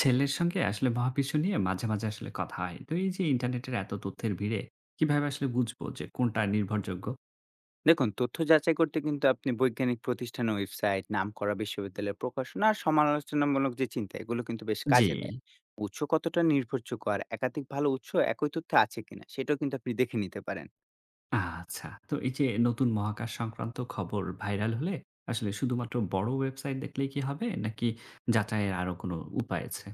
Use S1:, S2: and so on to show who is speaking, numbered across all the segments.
S1: ছেলের সঙ্গে আসলে মহাবিশ্ব নিয়ে মাঝে মাঝে আসলে কথা হয়। তো এই যে ইন্টারনেটের এত তথ্যের ভিড়ে কিভাবে আসলে বুঝবো যে কোনটা নির্ভরযোগ্য?
S2: দেখুন, তথ্য যাচাই করতে কিন্তু আপনি বৈজ্ঞানিক প্রতিষ্ঠানের ওয়েবসাইট, নামকরা বিশ্ববিদ্যালয়ের প্রকাশনা আর সমালোচনামূলক যে চিন্তা, এগুলো কিন্তু বেশ
S1: জি।
S2: কাজে দেয়। উৎস কতটা নির্ভরযোগ্য আর একাধিক ভালো উৎস একই তথ্য আছে কিনা, সেটাও কিন্তু আপনি দেখে নিতে পারেন।
S1: আচ্ছা। তো এই যে নতুন মহাকাশ সংক্রান্ত খবর ভাইরাল হলে আসলে শুধুমাত্র বড় ওয়েবসাইট দেখলেই কি হবে? নাকি যাচাইয়ের আরো কোনো উপায় আছে?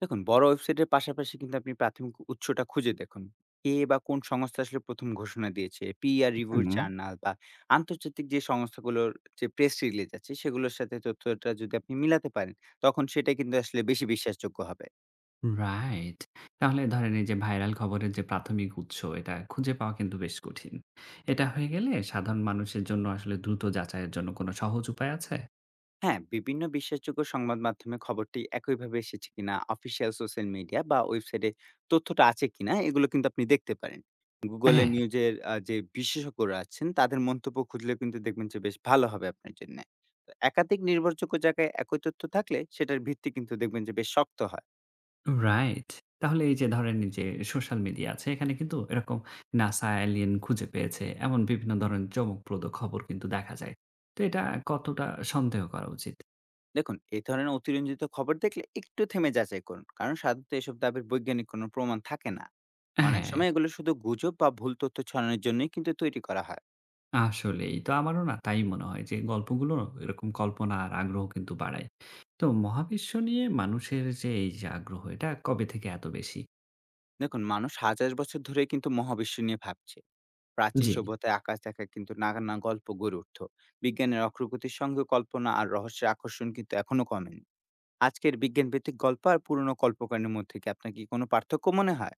S2: দেখুন, বড় ওয়েবসাইটের পাশাপাশি কিন্তু আপনি প্রাথমিক উৎসটা খুঁজে দেখুন। কে বা কোন সংস্থা আসলে ১ম ঘোষণা দিয়েছে, পিয়ার রিভিউ
S1: হুম।
S2: জার্নাল বা আন্তর্জাতিক যে সংস্থাগুলোর যে প্রেস রিলিজ আছে, সেগুলোর সাথে তথ্যটা যদি আপনি মিলাতে পারেন, তখন সেটা কিন্তু আসলে বেশি বিশ্বাসযোগ্য হবে।
S1: রাইট। তাহলে ধরেন এই যে ভাইরাল খবরের যে প্রাথমিক উৎস এটা খুঁজে পাওয়া কিন্তু বেশ কঠিন। এটা হয়ে গেলে সাধারণ মানুষের জন্য আসলে দ্রুত যাচাইয়ের জন্য কোনো সহজ উপায় আছে?
S2: হ্যাঁ, বিভিন্ন বিশ্বাসযোগ্য সংবাদ মাধ্যমে খবরটি একইভাবে এসেছে কিনা, অফিসিয়াল সোশ্যাল মিডিয়া বা ওয়েবসাইটে তথ্যটা আছে কিনা, এগুলো কিন্তু আপনি দেখতে পারেন। Google এ
S1: হ্যাঁ।
S2: নিউজের যে বিশেষজ্ঞরা আছেন, তাদের মন্তব্য খুঁজলে কিন্তু দেখবেন যে বেশ ভালো হবে আপনার জন্যে। তো একাধিক নির্ভরযোগ্য জায়গায় একই তথ্য থাকলে সেটার ভিত্তি কিন্তু দেখবেন যে বেশ শক্ত হয়।
S1: রাইট। তাহলে এই যে ধরেন এই যে সোশ্যাল মিডিয়া আছে, এখানে কিন্তু এরকম নাসা এলিয়েন খুঁজে পেয়েছে, এমন বিভিন্ন ধরনের চমকপ্রদ খবর কিন্তু দেখা যায়। তো এটা কতটা সন্দেহ করা উচিত?
S2: দেখুন, এ ধরনের অতিরঞ্জিত খবর দেখলে একটু থেমে যাচাই করুন। কারণ সাধারণত এসব দাবির বৈজ্ঞানিক কোনো প্রমাণ থাকে না। অনেক
S1: হ্যাঁ,
S2: সময় এগুলো শুধু গুজব বা ভুল তথ্য ছড়ানোর জন্যই কিন্তু তৈরি করা হয়।
S1: আসলেই। তো আমারও না তাই মনে হয় যে গল্পগুলো এরকম কল্পনা আর আগ্রহ কিন্তু বাড়ায়। তো মহাবিশ্ব নিয়ে মানুষের যে এই যে আগ্রহ, এটা কবে থেকে এত বেশি?
S2: দেখুন, মানুষ হাজার বছর ধরে কিন্তু মহাবিশ্ব নিয়ে ভাবছে। প্রাচীন
S1: জি।
S2: সভ্যতায় আকাশ দেখা কিন্তু নানা গল্প গড়ে উঠত। বিজ্ঞানের অগ্রগতির সঙ্গে কল্পনা আর রহস্যের আকর্ষণ কিন্তু এখনো কমেনি। আজকের বিজ্ঞানভিত্তিক গল্প আর পুরনো কল্পকাহিনীর মধ্যে কি আপনার কি কোনো পার্থক্য মনে হয়?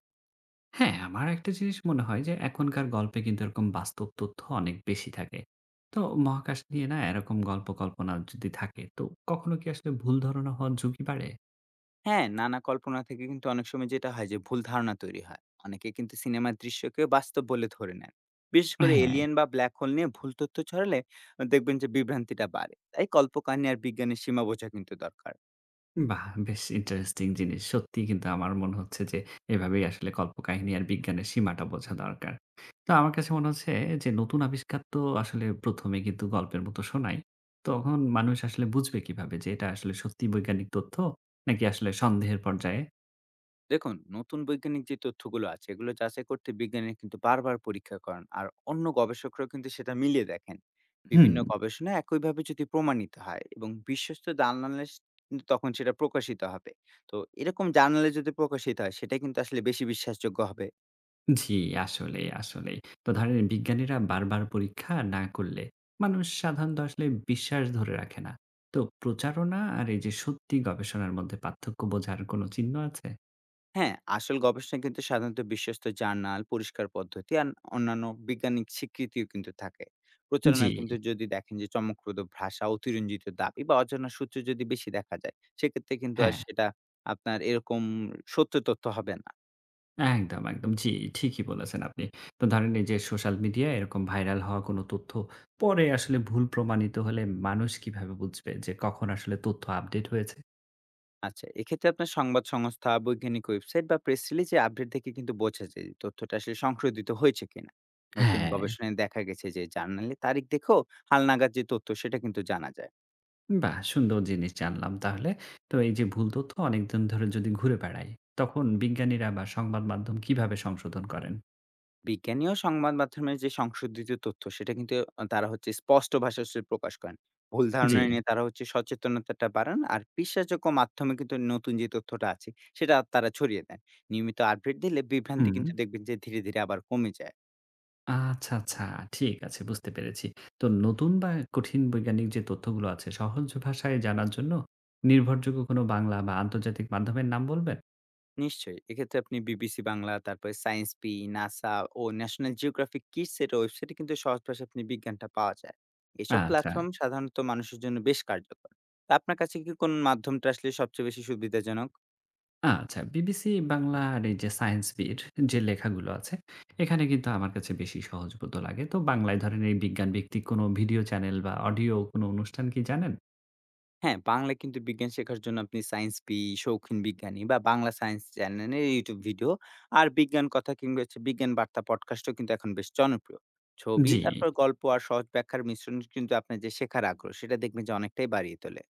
S1: হ্যাঁ, আমার একটা জিনিস মনে হয় যে এখনকার গল্পে কিন্তু এরকম বাস্তব তথ্য অনেক বেশি থাকে। তো মহাকাশ নিয়ে না এরকম গল্প কল্পনা যদি থাকে তো কখনো কি আসলে ভুল ধারণা হওয়ার ঝুঁকি বাড়ে?
S2: হ্যাঁ, নানা কল্পনা থেকে কিন্তু অনেক সময় যেটা হয় যে ভুল ধারণা তৈরি হয়। অনেকে কিন্তু সিনেমার দৃশ্যকে বাস্তব বলে ধরে নেন। বিশেষ করে
S1: হ্যাঁ,
S2: এলিয়েন বা ব্ল্যাক হোল নিয়ে ভুল তথ্য ছড়ালে দেখবেন যে বিভ্রান্তিটা বাড়ে। তাই কল্পকাহিনী আর বিজ্ঞানের সীমা বোঝা কিন্তু দরকার।
S1: বাহ! বেশ ইন্টারেস্টিং জিনিস। সত্যিই কিন্তু আমার মনে হচ্ছে যে এভাবেই আসলে কল্পকাহিনী আর বিজ্ঞানের সীমাটা বোঝা দরকার। তো আমার কাছে মনে হচ্ছে যে নতুন আবিষ্কার তো আসলে ১ম এ কিন্তু গল্পের মতো শোনায়। তখন মানুষ আসলে বুঝবে কিভাবে যে এটা আসলে সত্যিই বৈজ্ঞানিক তথ্য নাকি আসলে সন্দেহের পর্যায়ে?
S2: দেখুন, নতুন বৈজ্ঞানিক যে তথ্যগুলো আছে, এগুলো যাচাই করতে বিজ্ঞানীরা কিন্তু বারবার পরীক্ষা করেন আর অন্য গবেষকরাও কিন্তু সেটা মিলিয়ে দেখেন।
S1: হুম।
S2: বিভিন্ন গবেষণায় একইভাবে যদি প্রমাণিত হয় এবং বিশ্বস্ত জার্নালে কিন্তু তখন সেটা প্রকাশিত হবে। তো এরকম জার্নালে যদি প্রকাশিত হয়, সেটা কিন্তু আসলে বেশি বিশ্বাসযোগ্য হবে।
S1: জি, আসলেই, আসলেই। তো ধরেন বিজ্ঞানীরা বারবার পরীক্ষা না করলে মানুষ সাধারণত আসলে বিশ্বাস ধরে রাখে না। তো প্রচারণা আর এই যে সত্যি গবেষণার মধ্যে পার্থক্য বোঝার কোনো চিহ্ন আছে?
S2: হ্যাঁ, আসল গবেষণায় কিন্তু সাধারণত বিশ্বস্ত জার্নাল, পরিষ্কার পদ্ধতি আর অন্যান্য বৈজ্ঞানিক স্বীকৃতিও কিন্তু থাকে।
S1: জি,
S2: প্রচারণায় কিন্তু যদি দেখেন যে চমকপ্রদ ভাষা, অতিরঞ্জিত দাবি বা অজানা সূত্র যদি বেশি দেখা যায়, সেক্ষেত্রে কিন্তু আর
S1: হ্যাঁ,
S2: সেটা আপনার এরকম সত্য তথ্য হবে না।
S1: একদম, একদম। জি, ঠিকই বলেছেন আপনি। তো ধরেন এই যে সোশ্যাল মিডিয়ায় এরকম ভাইরাল হওয়া কোনো তথ্য পরে আসলে ভুল প্রমাণিত হলে মানুষ কিভাবে বুঝবে যে কখন আসলে তথ্য আপডেট হয়েছে?
S2: আচ্ছা, এক্ষেত্রে আপনার সংবাদ সংস্থা, বৈজ্ঞানিক ওয়েবসাইট বা প্রেস রিলিজে আপডেট দেখে কিন্তু বোঝা যায় যে তথ্যটা আসলে সংশোধিত হয়েছে কিনা। নতুন
S1: হ্যাঁ।
S2: গবেষণায় দেখা গেছে যে জার্নালে তারিখ দেখেও হালনাগাদ যে তথ্য সেটা কিন্তু জানা যায়।
S1: বাহ! সুন্দর জিনিস জানলাম তাহলে। তো এই যে ভুল তথ্য অনেকদিন ধরে যদি ঘুরে বেড়ায়, তখন বিজ্ঞানীরা বা সংবাদ মাধ্যম কিভাবে সংশোধন করেন?
S2: বিজ্ঞানী ও সংবাদ মাধ্যমের যে সংশোধিত তথ্য সেটা কিন্তু তারা হচ্ছে স্পষ্ট ভাষায় সে প্রকাশ করেন। ভুল
S1: জি।
S2: ধারণা নিয়ে তারা হচ্ছে সচেতনতাটা বাড়ান আর বিশ্বাসযোগ্য মাধ্যমে কিন্তু নতুন যে তথ্যটা আছে সেটা তারা ছড়িয়ে দেন। নিয়মিত আপডেট দিলে বিভ্রান্তি
S1: হুম।
S2: কিন্তু দেখবেন যে ধীরে ধীরে আবার কমে যায়।
S1: আচ্ছা, আচ্ছা। ঠিক আছে, বুঝতে পেরেছি। তো নতুন বা কঠিন বৈজ্ঞানিক যে তথ্যগুলো আছে, সহজ ভাষায় জানার জন্য নির্ভরযোগ্য কোনো বাংলা বা আন্তর্জাতিক মাধ্যমের নাম বলবেন?
S2: নিশ্চয়ই, এক্ষেত্রে আপনি বিবিসি বাংলা, তারপরে সায়েন্স পি, নাসা ও ন্যাশনাল জিওগ্রাফিক কিডস এর ওয়েবসাইটে কিন্তু সহজ ভাষায় আপনি বিজ্ঞানটা পাওয়া যায়। এসব
S1: আচ্ছা।
S2: প্ল্যাটফর্ম সাধারণত মানুষের জন্য বেশ কার্যকর। তা আপনার কাছে কি কোন মাধ্যমটা আসলে সবচেয়ে বেশি সুবিধাজনক?
S1: আচ্ছা, বিবিসি বাংলা আর এই যে সায়েন্স বিট যে লেখাগুলো আছে, এখানে কিন্তু আমার কাছে বেশি সহজবোধ্য লাগে। তো বাংলায় ধরেন এই বিজ্ঞান ভিত্তিক কোনো ভিডিও চ্যানেল বা অডিও কোনো অনুষ্ঠান কি জানেন?
S2: হ্যাঁ, বাংলায় কিন্তু বিজ্ঞান শেখার জন্য আপনি সায়েন্স পি, শৌখিন বিজ্ঞানী বা বাংলা সায়েন্স চ্যানেলের ইউটিউব ভিডিও আর বিজ্ঞান কথা কিংবা হচ্ছে বিজ্ঞান বার্তা পডকাস্টও কিন্তু এখন বেশ জনপ্রিয়। ছবি,
S1: জি।
S2: তারপর গল্প আর সহজ ব্যাখ্যার মিশ্রণ কিন্তু আপনার যে শেখার আগ্রহ সেটা দেখবেন যে অনেকটাই বাড়িয়ে তোলে।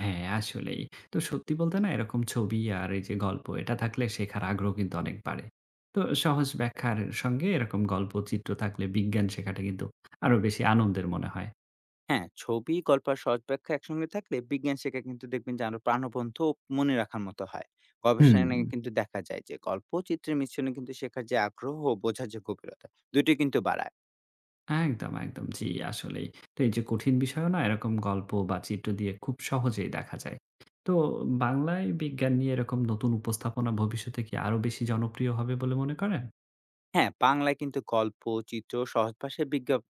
S1: হ্যাঁ, আসলেই। তো সত্যি বলতে না এরকম ছবি আর এই যে গল্প এটা থাকলে শেখার আগ্রহ কিন্তু অনেক বাড়ে। তো সহজ ব্যাখ্যার সঙ্গে এরকম গল্প, চিত্র থাকলে বিজ্ঞান শেখাটা কিন্তু আরো বেশি আনন্দের মনে হয়।
S2: হ্যাঁ, ছবি, গল্প আর সহজ ব্যাখ্যা একসঙ্গে থাকলে বিজ্ঞান শেখা কিন্তু দেখবেন যে আরো প্রাণবন্ত ও মনে রাখার মতো হয়।
S1: হুম।
S2: গবেষণায় কিন্তু দেখা যায় যে গল্প ও চিত্রের মিশ্রণে কিন্তু শেখার যে আগ্রহ ও বোঝার যে গভীরতা, দুটোই কিন্তু বাড়ায়।
S1: একদম, একদম। জি, আসলেই। তো এই যে কঠিন বিষয়ও না এরকম গল্প বা চিত্র দিয়ে খুব সহজেই দেখা যায়। তো বাংলায় বিজ্ঞান নিয়ে এরকম নতুন উপস্থাপনা ভবিষ্যতে কি আরো বেশি জনপ্রিয় হবে বলে মনে করেন?
S2: হ্যাঁ, বাংলায় কিন্তু গল্প, চিত্র, সহজ ভাষায় বিজ্ঞাপ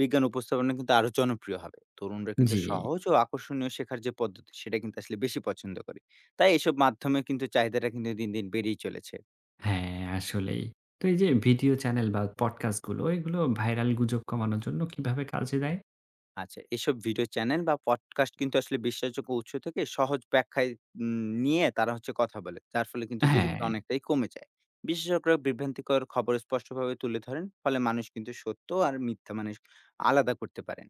S2: বিজ্ঞান উপস্থাপনা কিন্তু আরো জনপ্রিয় হবে। তরুণরা কিন্তু
S1: জি,
S2: সহজ ও আকর্ষণীয় শেখার যে পদ্ধতি, সেটা কিন্তু আসলে বেশি পছন্দ করে। তাই এসব মাধ্যমে কিন্তু চাহিদাটা কিন্তু দিন দিন বেড়েই চলেছে।
S1: হ্যাঁ, আসলেই। তো এই যে ভিডিও চ্যানেল বা পডকাস্ট গুলো এগুলো ভাইরাল গুজব কমানোর জন্য কিভাবে কাজে দেয়?
S2: আচ্ছা, এসব ভিডিও চ্যানেল বা পডকাস্ট কিন্তু আসলে বিশ্বাসযোগ্য উৎস থেকে সহজ ব্যাখ্যায় নিয়ে তারা হচ্ছে কথা বলে। যার ফলে কিন্তু গুজবটা
S1: হ্যাঁ,
S2: অনেকটাই কমে যায়। বিশেষজ্ঞরা বিভ্রান্তিকর খবর স্পষ্টভাবে তুলে ধরেন। ফলে মানুষ কিন্তু সত্য আর মিথ্যা মানুষ আলাদা করতে পারেন।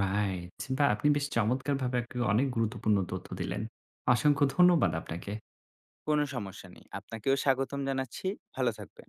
S1: রাইট। বা আপনি বেশ চমৎকারভাবে একটা অনেক গুরুত্বপূর্ণ তথ্য দিলেন। অসংখ্য ধন্যবাদ আপনাকে।
S2: কোনো সমস্যা নেই। আপনাকেও স্বাগতম জানাচ্ছি। ভালো থাকবেন।